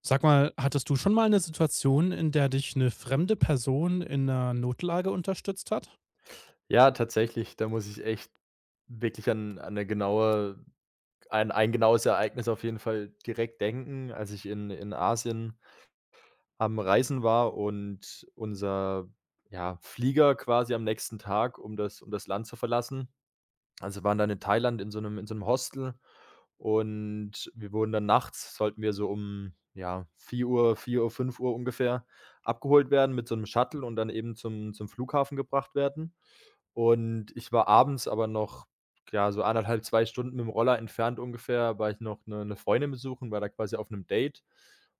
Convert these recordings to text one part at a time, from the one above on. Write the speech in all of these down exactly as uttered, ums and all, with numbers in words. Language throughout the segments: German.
Sag mal, hattest du schon mal eine Situation, in der dich eine fremde Person in einer Notlage unterstützt hat? Ja, tatsächlich, da muss ich echt wirklich an an 'ne genaue ein ein genaues Ereignis auf jeden Fall direkt denken, als ich in in Asien am Reisen war und unser, ja, Flieger quasi am nächsten Tag, um das um das Land zu verlassen. Also, waren dann in Thailand in so einem in so einem Hostel und wir wurden dann nachts sollten wir so um, ja, vier vier Uhr vier Uhr fünf Uhr ungefähr abgeholt werden mit so einem Shuttle und dann eben zum zum Flughafen gebracht werden. Und ich war abends aber noch, ja, so anderthalb zwei Stunden mit dem Roller entfernt ungefähr, war ich noch 'ne 'ne Freundin besuchen, war da quasi auf 'nem Date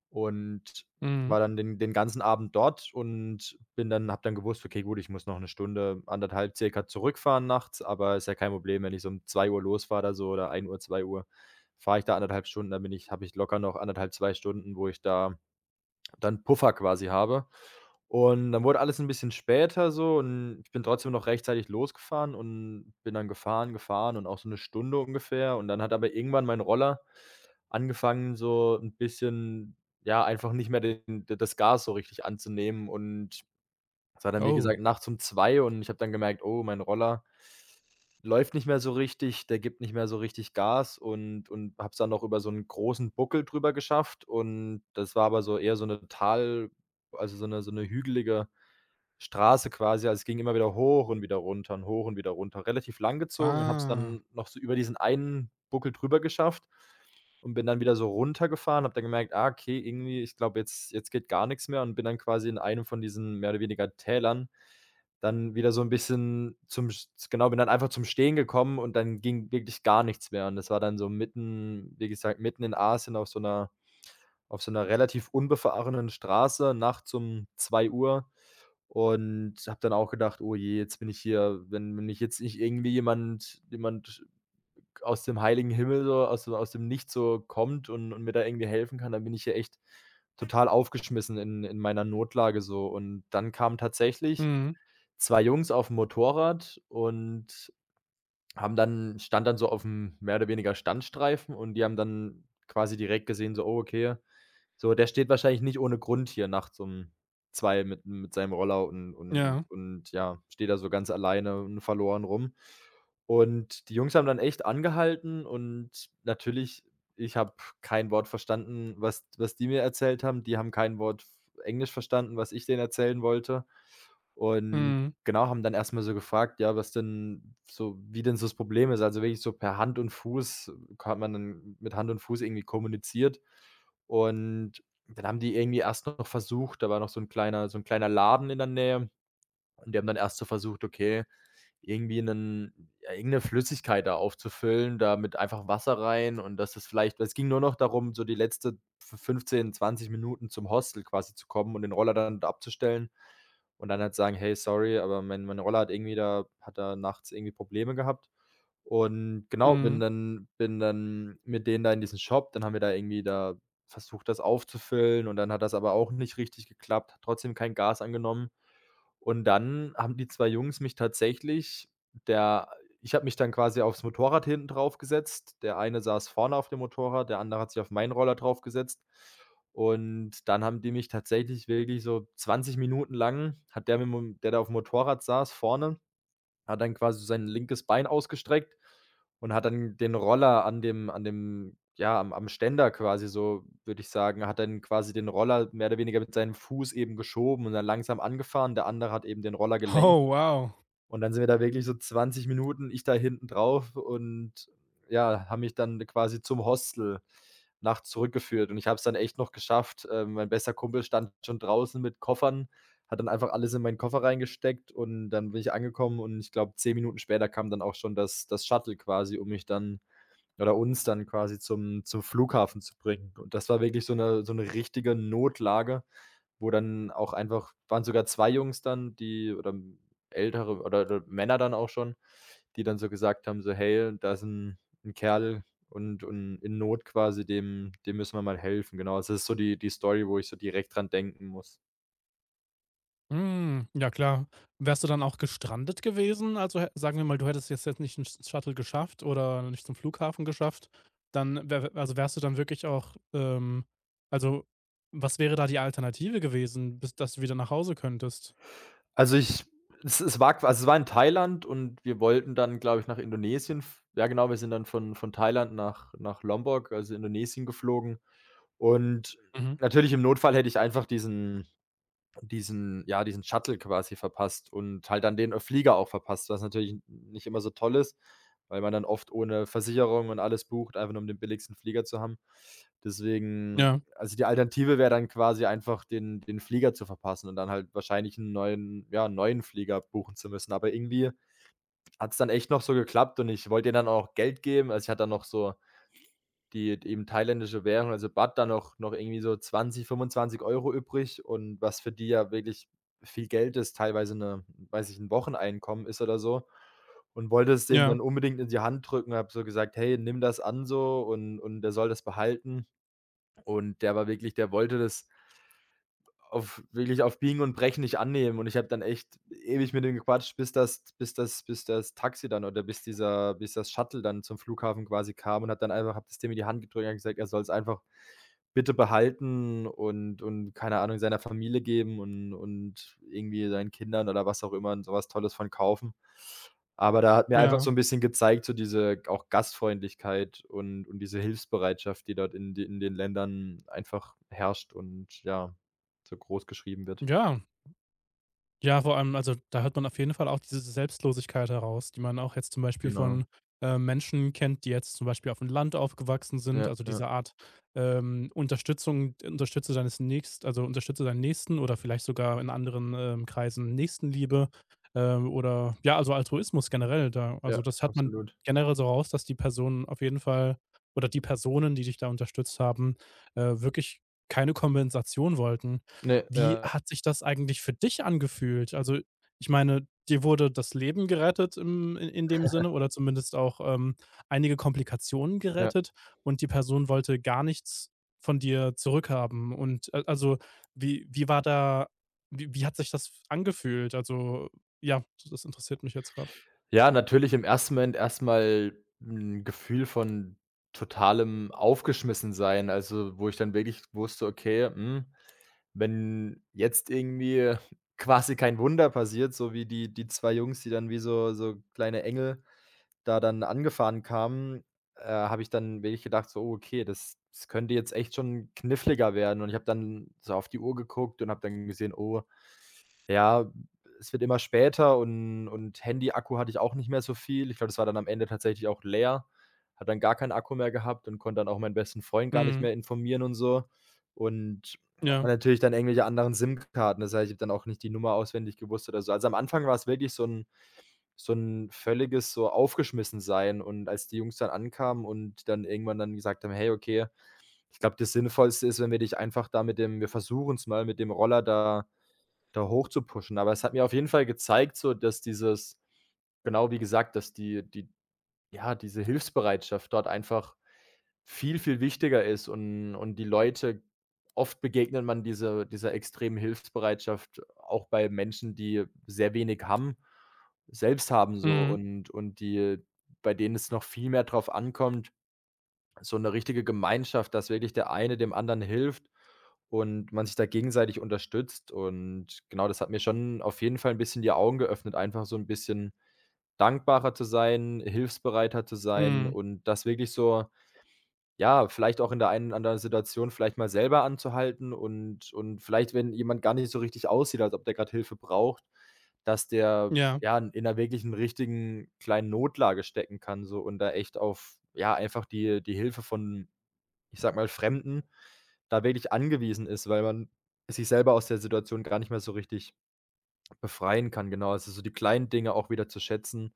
und Mhm. war dann den den ganzen Abend dort und bin dann habe dann gewusst: „Okay, gut, ich muss noch 'ne Stunde, anderthalb circa zurückfahren nachts, aber ist ja kein Problem. Wenn ich so um zwei Uhr losfahre oder so oder ein Uhr zwei Uhr, fahre ich da anderthalb Stunden, dann bin ich habe ich locker noch anderthalb zwei Stunden, wo ich da dann Puffer quasi habe." Und dann wurde alles ein bisschen später so, und ich bin trotzdem noch rechtzeitig losgefahren und bin dann gefahren, gefahren und auch so eine Stunde ungefähr. Und dann hat aber irgendwann mein Roller angefangen, so ein bisschen, ja, einfach nicht mehr den das Gas so richtig anzunehmen, und es war dann, wie Oh. gesagt, nachts um zwei und ich habe dann gemerkt: „Oh, mein Roller läuft nicht mehr so richtig, der gibt nicht mehr so richtig Gas." Und und habe es dann noch über so 'n großen Buckel drüber geschafft, und das war aber so eher so 'ne Tal, also, so 'ne so 'ne hügelige Straße quasi. Also, es ging immer wieder hoch und wieder runter und hoch und wieder runter. Relativ lang gezogen, und habe es Ah. dann noch so über diesen einen Buckel drüber geschafft und bin dann wieder so runtergefahren, habe dann gemerkt: „Ah, okay, irgendwie, ich glaube, jetzt jetzt geht gar nichts mehr." Und bin dann quasi in einem von diesen mehr oder weniger Tälern dann wieder so ein bisschen zum sch genau, bin dann einfach zum Stehen gekommen und dann ging wirklich gar nichts mehr. Und das war dann so mitten, wie gesagt, mitten in Asien auf so einer auf so einer relativ unbefahrenen Straße nachts um zwei Uhr, und habe dann auch gedacht: „Oh je, jetzt bin ich hier, wenn wenn mich jetzt nicht irgendwie jemand jemand aus dem heiligen Himmel so aus aus dem Nichts so kommt und und mir da irgendwie helfen kann, dann bin ich ja echt total aufgeschmissen in in meiner Notlage so." Und dann kamen tatsächlich Mhm. zwei Jungs auf'm Motorrad und haben dann stand dann so auf dem mehr oder weniger Standstreifen, und die haben dann quasi direkt gesehen, so: „Oh, okay, so, der steht wahrscheinlich nicht ohne Grund hier nachts um zwei mit mit seinem Roller und und Ja. und ja, steht da so ganz alleine und verloren rum." Und die Jungs haben dann echt angehalten und natürlich, ich habe kein Wort verstanden, was was die mir erzählt haben. Die haben kein Wort Englisch verstanden, was ich denen erzählen wollte. Und Mhm. genau, haben dann erstmal so gefragt, ja, was denn so, wie denn so das Problem ist. Also, wirklich so per Hand und Fuß hat man dann mit Hand und Fuß irgendwie kommuniziert. Und dann haben die irgendwie erst noch versucht, da war noch so ein kleiner so ein kleiner Laden in der Nähe, und die haben dann erst so versucht: „Okay, irgendwie 'nen ja, irgend 'ne Flüssigkeit da aufzufüllen, da mit einfach Wasser rein." Und dass es vielleicht es ging nur noch darum, so die letzte f fünfzehn, zwanzig Minuten zum Hostel quasi zu kommen und den Roller dann da abzustellen und dann halt sagen: „Hey, sorry, aber mein mein Roller hat irgendwie da hat da nachts irgendwie Probleme gehabt." Und genau, Mhm. bin dann bin dann mit denen da in diesen Shop, dann haben wir da irgendwie da versucht, das aufzufüllen, und dann hat das aber auch nicht richtig geklappt, hat trotzdem kein Gas angenommen. Und dann haben die zwei Jungs mich tatsächlich der ich habe mich dann quasi aufs Motorrad hinten draufgesetzt. Der eine saß vorne auf dem Motorrad, der andere hat sich auf meinen Roller draufgesetzt. Und dann haben die mich tatsächlich wirklich so zwanzig Minuten lang, hat der, mit dem der da auf dem Motorrad saß vorne, hat dann quasi so sein linkes Bein ausgestreckt und hat dann den Roller an dem an dem ja, am am Ständer quasi so, würde ich sagen, hat dann quasi den Roller mehr oder weniger mit seinem Fuß eben geschoben und dann langsam angefahren. Der andere hat eben den Roller gelenkt. Oh, wow. Und dann sind wir da wirklich so zwanzig Minuten, ich da hinten drauf, und ja, haben mich dann quasi zum Hostel nachts zurückgeführt. Und ich habe es dann echt noch geschafft. Ähm, mein bester Kumpel stand schon draußen mit Koffern, hat dann einfach alles in meinen Koffer reingesteckt, und dann bin ich angekommen und ich glaube, zehn Minuten später kam dann auch schon das das Shuttle quasi, um mich dann oder uns dann quasi zum zum Flughafen zu bringen. Und das war wirklich so eine so eine richtige Notlage. Wo dann auch einfach waren sogar zwei Jungs dann, die oder ältere oder oder Männer dann auch schon, die dann so gesagt haben, so: „Hey, da ist ein 'n Kerl und und in Not quasi, dem dem müssen wir mal helfen." Genau, also, das ist so die die Story, wo ich so direkt dran denken muss. Mhm. Ja klar. Wärst du dann auch gestrandet gewesen? Also, hä sagen wir mal, du hättest jetzt jetzt nicht einen sch Shuttle geschafft oder nicht zum Flughafen geschafft, dann wär also, wärst du dann wirklich auch, ähm also, was wäre da die Alternative gewesen, bis dass du wieder nach Hause könntest? Also, ich es es war qua, also, es war in Thailand und wir wollten dann, glaube ich, nach Indonesien f ja genau, wir sind dann von von Thailand nach nach Lombok, also, Indonesien geflogen und Mhm. natürlich im Notfall hätte ich einfach diesen diesen ja, diesen Shuttle quasi verpasst und halt dann den, äh, Flieger auch verpasst, was natürlich nicht immer so toll ist, weil man dann oft ohne Versicherung und alles bucht, einfach nur um den billigsten Flieger zu haben. Deswegen, Ja. also, die Alternative wäre dann quasi einfach, den den Flieger zu verpassen und dann halt wahrscheinlich einen neuen, ja, 'n neuen Flieger buchen zu müssen. Aber irgendwie hat es dann echt noch so geklappt, und ich wollte denen dann auch Geld geben. Also, ich hatte dann noch so die eben thailändische Währung, also Baht, da noch noch irgendwie so zwanzig, fünfundzwanzig Euro übrig und was für die ja wirklich viel Geld ist, teilweise eine weiß ich, 'n Wocheneinkommen ist oder so, und wollte es dem Ja. dann unbedingt in die Hand drücken, habe so gesagt: „Hey, nimm das an so." Und und der soll das behalten. Und der war wirklich, der wollte das auf, wirklich auf Biegen und Brechen nicht annehmen, und ich habe dann echt ewig mit ihm gequatscht, bis das bis das bis das Taxi dann oder bis dieser bis das Shuttle dann zum Flughafen quasi kam, und hat dann einfach, habe das dem in die Hand gedrückt und habe gesagt, er soll es einfach bitte behalten und und keine Ahnung, seiner Familie geben und und irgendwie seinen Kindern oder was auch immer, und so was Tolles von kaufen. Aber da hat mir einfach Ja. so ein bisschen gezeigt, so diese auch Gastfreundlichkeit und und diese Hilfsbereitschaft, die dort in de in den Ländern einfach herrscht und ja, so großgeschrieben wird. Ja, ja, vor allem, also da hört man auf jeden Fall auch diese Selbstlosigkeit heraus, die man auch jetzt zum Beispiel Genau. von äh, Menschen kennt, die jetzt zum Beispiel auf dem Land aufgewachsen sind. Ja, Also diese ja, Art ähm, Unterstützung, unterstütze deines Nächsten, also unterstütze deinen Nächsten oder vielleicht sogar in anderen ähm, Kreisen Nächstenliebe ähm, oder ja, also Altruismus generell. Da, also ja, das hat man absolut. generell so raus, dass die Personen auf jeden Fall oder die Personen, die dich da unterstützt haben, äh, wirklich keine Kompensation wollten. Ne, Wie ja, hat sich das eigentlich für dich angefühlt? Also, ich meine, dir wurde das Leben gerettet im in in dem Sinne oder zumindest auch, ähm, einige Komplikationen ja. gerettet und die Person wollte gar nichts von dir zurückhaben und a also, wie wie war da wie wie hat sich das angefühlt? Also, ja, das interessiert mich jetzt gerade. Ja, natürlich im ersten Moment erstmal ein Gefühl von totalem Aufgeschmissensein, also, wo ich dann wirklich wusste: „Okay, hm, wenn jetzt irgendwie quasi kein Wunder passiert", so wie die die zwei Jungs, die dann wie so so kleine Engel da dann angefahren kamen, äh, habe ich dann wirklich gedacht, so: „Oh, okay, das das könnte jetzt echt schon kniffliger werden." Und ich habe dann so auf die Uhr geguckt und habe dann gesehen: „Oh, ja, es wird immer später." Und und Handy-Akku hatte ich auch nicht mehr so viel. Ich glaube, das war dann am Ende tatsächlich auch leer. Hat dann gar keinen Akku mehr gehabt und konnte dann auch meinen besten Freund gar nicht Mhm. mehr informieren und so. Und hat Ja. man natürlich dann irgendwelche anderen SIM-Karten. Das heißt, ich habe dann auch nicht die Nummer auswendig gewusst oder so. Also, am Anfang war es wirklich so ein so ein völliges so aufgeschmissen sein. Und als die Jungs dann ankamen und dann irgendwann dann gesagt haben: „Hey, okay, ich glaube, das Sinnvollste ist, wenn wir dich einfach da mit dem wir versuchen's mal mit dem Roller da da hochzupushen." Aber es hat mir auf jeden Fall gezeigt, so dass dieses genau wie gesagt, dass die die ja, diese Hilfsbereitschaft dort einfach viel, viel wichtiger ist und und die Leute, oft begegnet man diese dieser extremen Hilfsbereitschaft auch bei Menschen, die sehr wenig haben, selbst haben so, Mhm. und und die, bei denen es noch viel mehr drauf ankommt, so eine richtige Gemeinschaft, dass wirklich der eine dem anderen hilft und man sich da gegenseitig unterstützt. Und genau, das hat mir schon auf jeden Fall ein bisschen die Augen geöffnet, einfach so ein bisschen dankbarer zu sein, hilfsbereiter zu sein Mhm. und das wirklich so, ja, vielleicht auch in der einen oder anderen Situation vielleicht mal selber anzuhalten und und vielleicht, wenn jemand gar nicht so richtig aussieht, als ob der gerade Hilfe braucht, dass der, Ja. ja, in einer wirklichen richtigen kleinen Notlage stecken kann so und da echt auf, ja, einfach die die Hilfe von, ich sag mal, Fremden da wirklich angewiesen ist, weil man sich selber aus der Situation gar nicht mehr so richtig befreien kann. Genau, also so die kleinen Dinge auch wieder zu schätzen.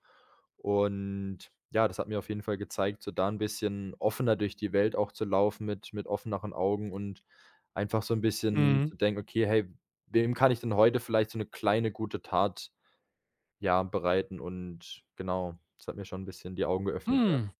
Und ja, das hat mir auf jeden Fall gezeigt, so da ein bisschen offener durch die Welt auch zu laufen mit mit offeneren Augen und einfach so ein bisschen Mhm. zu denken: „Okay, hey, wem kann ich denn heute vielleicht so eine kleine gute Tat, ja, bereiten?“ Und genau, das hat mir schon ein bisschen die Augen geöffnet, ja. Hm.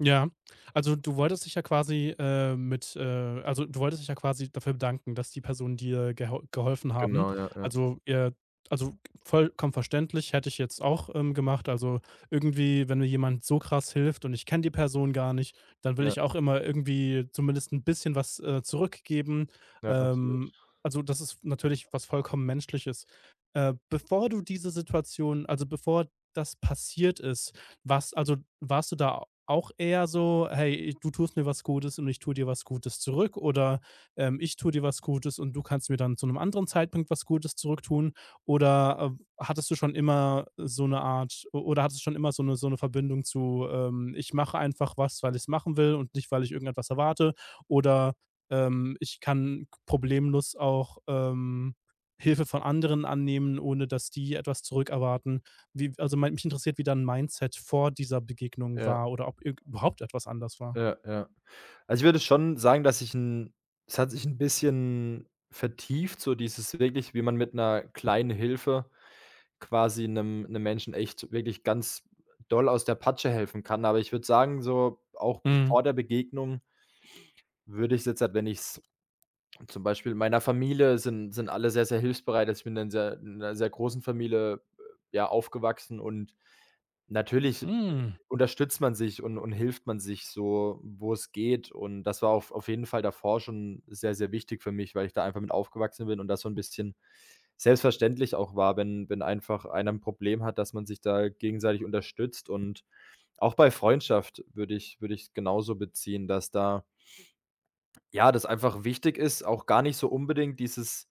Ja, also du wolltest dich ja quasi, äh, mit äh, also du wolltest dich ja quasi dafür bedanken, dass die Personen dir gehol geholfen haben. Genau, ja, ja, Also, äh, also vollkommen verständlich, hätte ich jetzt auch, ähm, gemacht. Also irgendwie, wenn mir jemand so krass hilft und ich kenne die Person gar nicht, dann will ja, ich auch immer irgendwie zumindest ein bisschen was, äh, zurückgeben. ja, absolut. Ähm, also das ist natürlich was vollkommen Menschliches. Äh, bevor du diese Situation also bevor das passiert ist, was, also warst du da auch eher so, hey, du tust mir was Gutes und ich tue dir was Gutes zurück oder ähm, ich tue dir was Gutes und du kannst mir dann zu einem anderen Zeitpunkt was Gutes zurücktun? Oder äh, hattest du schon immer so eine Art, o- oder hattest du schon immer so eine, so eine Verbindung zu, ähm, ich mache einfach was, weil ich es machen will und nicht, weil ich irgendetwas erwarte? Oder ähm, ich kann problemlos auch ähm, Hilfe von anderen annehmen, ohne dass die etwas zurückerwarten. Wie also, mein mich interessiert, wie dein Mindset vor dieser Begegnung Ja, war oder ob irg überhaupt etwas anders war. ja, ja. Also, ich würde schon sagen, dass ich ein es hat sich ein bisschen vertieft, so dieses wirklich, wie man mit einer kleinen Hilfe quasi einem einem Menschen echt wirklich ganz doll aus der Patsche helfen kann. Aber ich würde sagen, so auch Mhm. vor der Begegnung, würde ich's jetzt halt, wenn ich's und zum Beispiel in meiner Familie sind sind alle sehr, sehr hilfsbereit. Also, ich bin in sehr in 'ner sehr großen Familie, äh, ja, aufgewachsen und natürlich Mhm. unterstützt man sich und und hilft man sich so, wo es geht. Und das war auf auf jeden Fall davor schon sehr, sehr wichtig für mich, weil ich da einfach mit aufgewachsen bin und das so ein bisschen selbstverständlich auch war, wenn wenn einfach einer ein Problem hat, dass man sich da gegenseitig unterstützt. Und auch bei Freundschaft würde ich würde ich genauso beziehen, dass da, ja, das einfach wichtig ist, auch gar nicht so unbedingt dieses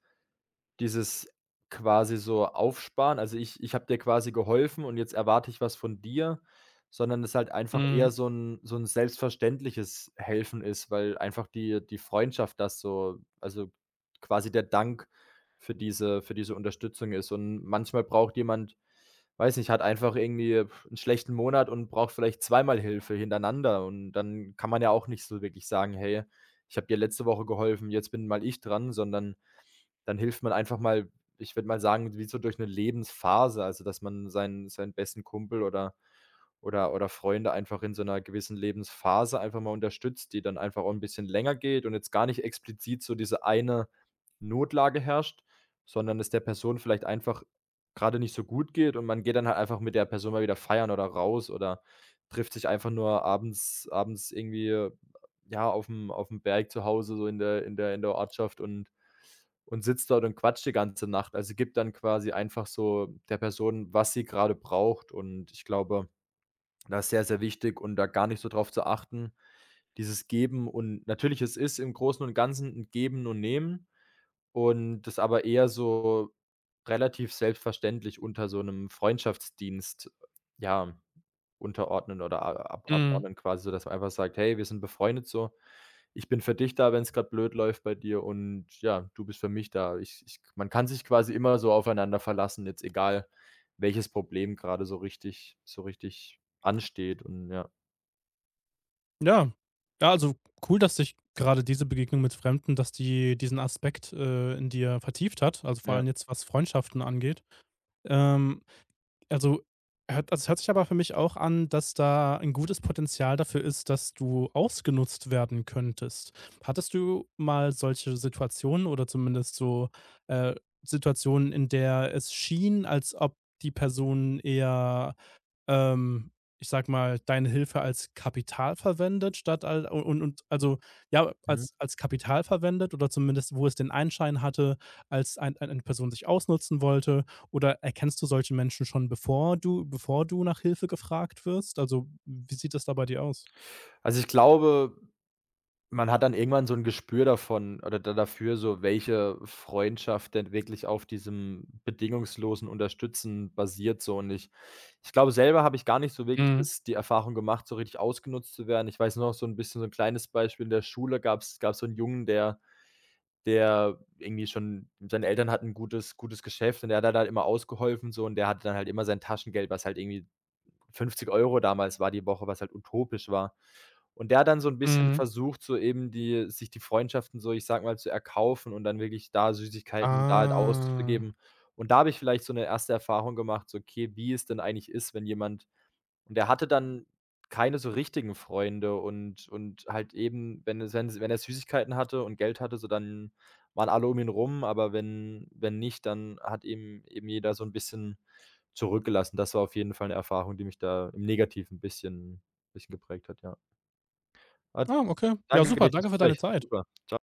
dieses quasi so Aufsparen. Also, ich ich habe dir quasi geholfen und jetzt erwarte ich was von dir, sondern es halt einfach Mhm. eher so ein so ein selbstverständliches Helfen ist, weil einfach die die Freundschaft das so, also, quasi der Dank für diese für diese Unterstützung ist. Und manchmal braucht jemand, weiß nicht, hat einfach irgendwie einen schlechten Monat und braucht vielleicht zweimal Hilfe hintereinander und dann kann man ja auch nicht so wirklich sagen: „Hey, ich habe dir letzte Woche geholfen, jetzt bin mal ich dran“, sondern dann hilft man einfach mal, ich würde mal sagen, wie so durch eine Lebensphase, also, dass man seinen seinen besten Kumpel oder oder oder Freunde einfach in so einer gewissen Lebensphase einfach mal unterstützt, die dann einfach auch ein bisschen länger geht und jetzt gar nicht explizit so diese eine Notlage herrscht, sondern es der Person vielleicht einfach gerade nicht so gut geht und man geht dann halt einfach mit der Person mal wieder feiern oder raus oder trifft sich einfach nur abends abends irgendwie, ja, auf dem auf dem Berg zu Hause so in der in der in der Ortschaft und und sitzt dort und quatscht die ganze Nacht. Also, gibt dann quasi einfach so der Person, was sie gerade braucht und ich glaube, das ist sehr, sehr wichtig und da gar nicht so drauf zu achten, dieses Geben, und natürlich, es ist im Großen und Ganzen 'n Geben und Nehmen, und das aber eher so relativ selbstverständlich unter so einem Freundschaftsdienst, ja. Unterordnen oder a ab Mhm. abordnen quasi, sodass man einfach sagt: „Hey, wir sind befreundet so. Ich bin für dich da, wenn es gerade blöd läuft bei dir und ja, du bist für mich da.“ Ich ich Man kann sich quasi immer so aufeinander verlassen, jetzt egal, welches Problem gerade so richtig so richtig ansteht und ja, Ja. Ja, also, cool, dass sich gerade diese Begegnung mit Fremden dass die diesen Aspekt, äh, in dir vertieft hat, also, vor ja. allem jetzt, was Freundschaften angeht. Ähm, also, hört also, es hört sich aber für mich auch an, dass da ein gutes Potenzial dafür ist, dass du ausgenutzt werden könntest. Hattest du mal solche Situationen oder zumindest so, äh, Situationen, in der es schien, als ob die Person eher ähm, ich sag mal, deine Hilfe als Kapital verwendet, statt al und und und also, ja, Mhm. als als Kapital verwendet oder zumindest, wo es den Anschein hatte, als ein ein eine Person sich ausnutzen wollte? Oder erkennst du solche Menschen schon, bevor du bevor du nach Hilfe gefragt wirst? Also, wie sieht das da bei dir aus? Also, ich glaube, man hat dann irgendwann so 'n Gespür davon oder da dafür, so welche Freundschaft denn wirklich auf diesem bedingungslosen Unterstützen basiert so, und ich ich glaube, selber habe ich gar nicht so wirklich Mhm, das die Erfahrung gemacht, so richtig ausgenutzt zu werden. Ich weiß nur noch so 'n bisschen, so 'n kleines Beispiel in der Schule, gab's gab's so 'n Jungen, der, der irgendwie, schon seine Eltern hatten 'n gutes gutes Geschäft und der hat halt halt immer ausgeholfen so und der hatte dann halt immer sein Taschengeld, was halt irgendwie fünfzig Euro damals war die Woche, was halt utopisch war. Und der hat dann so ein bisschen mhm. versucht, so eben die sich die Freundschaften so, ich sage mal, zu erkaufen und dann wirklich da Süßigkeiten da halt Ah. auszugeben. Und da habe ich vielleicht so eine erste Erfahrung gemacht, so, okay, wie es denn eigentlich ist, wenn jemand, und der hatte dann keine so richtigen Freunde, und und halt eben, wenn es wenn es- wenn er Süßigkeiten hatte und Geld hatte, so, dann waren alle um ihn rum, aber wenn wenn nicht, dann hat eben eben jeder so ein bisschen zurückgelassen. Das war auf jeden Fall 'ne Erfahrung, die mich da im Negativen bisschen, bisschen geprägt hat, ja. Ah, Ah, okay. Ja, danke super, dir fürs danke für deine Gespräch. Zeit. Super. Tschau.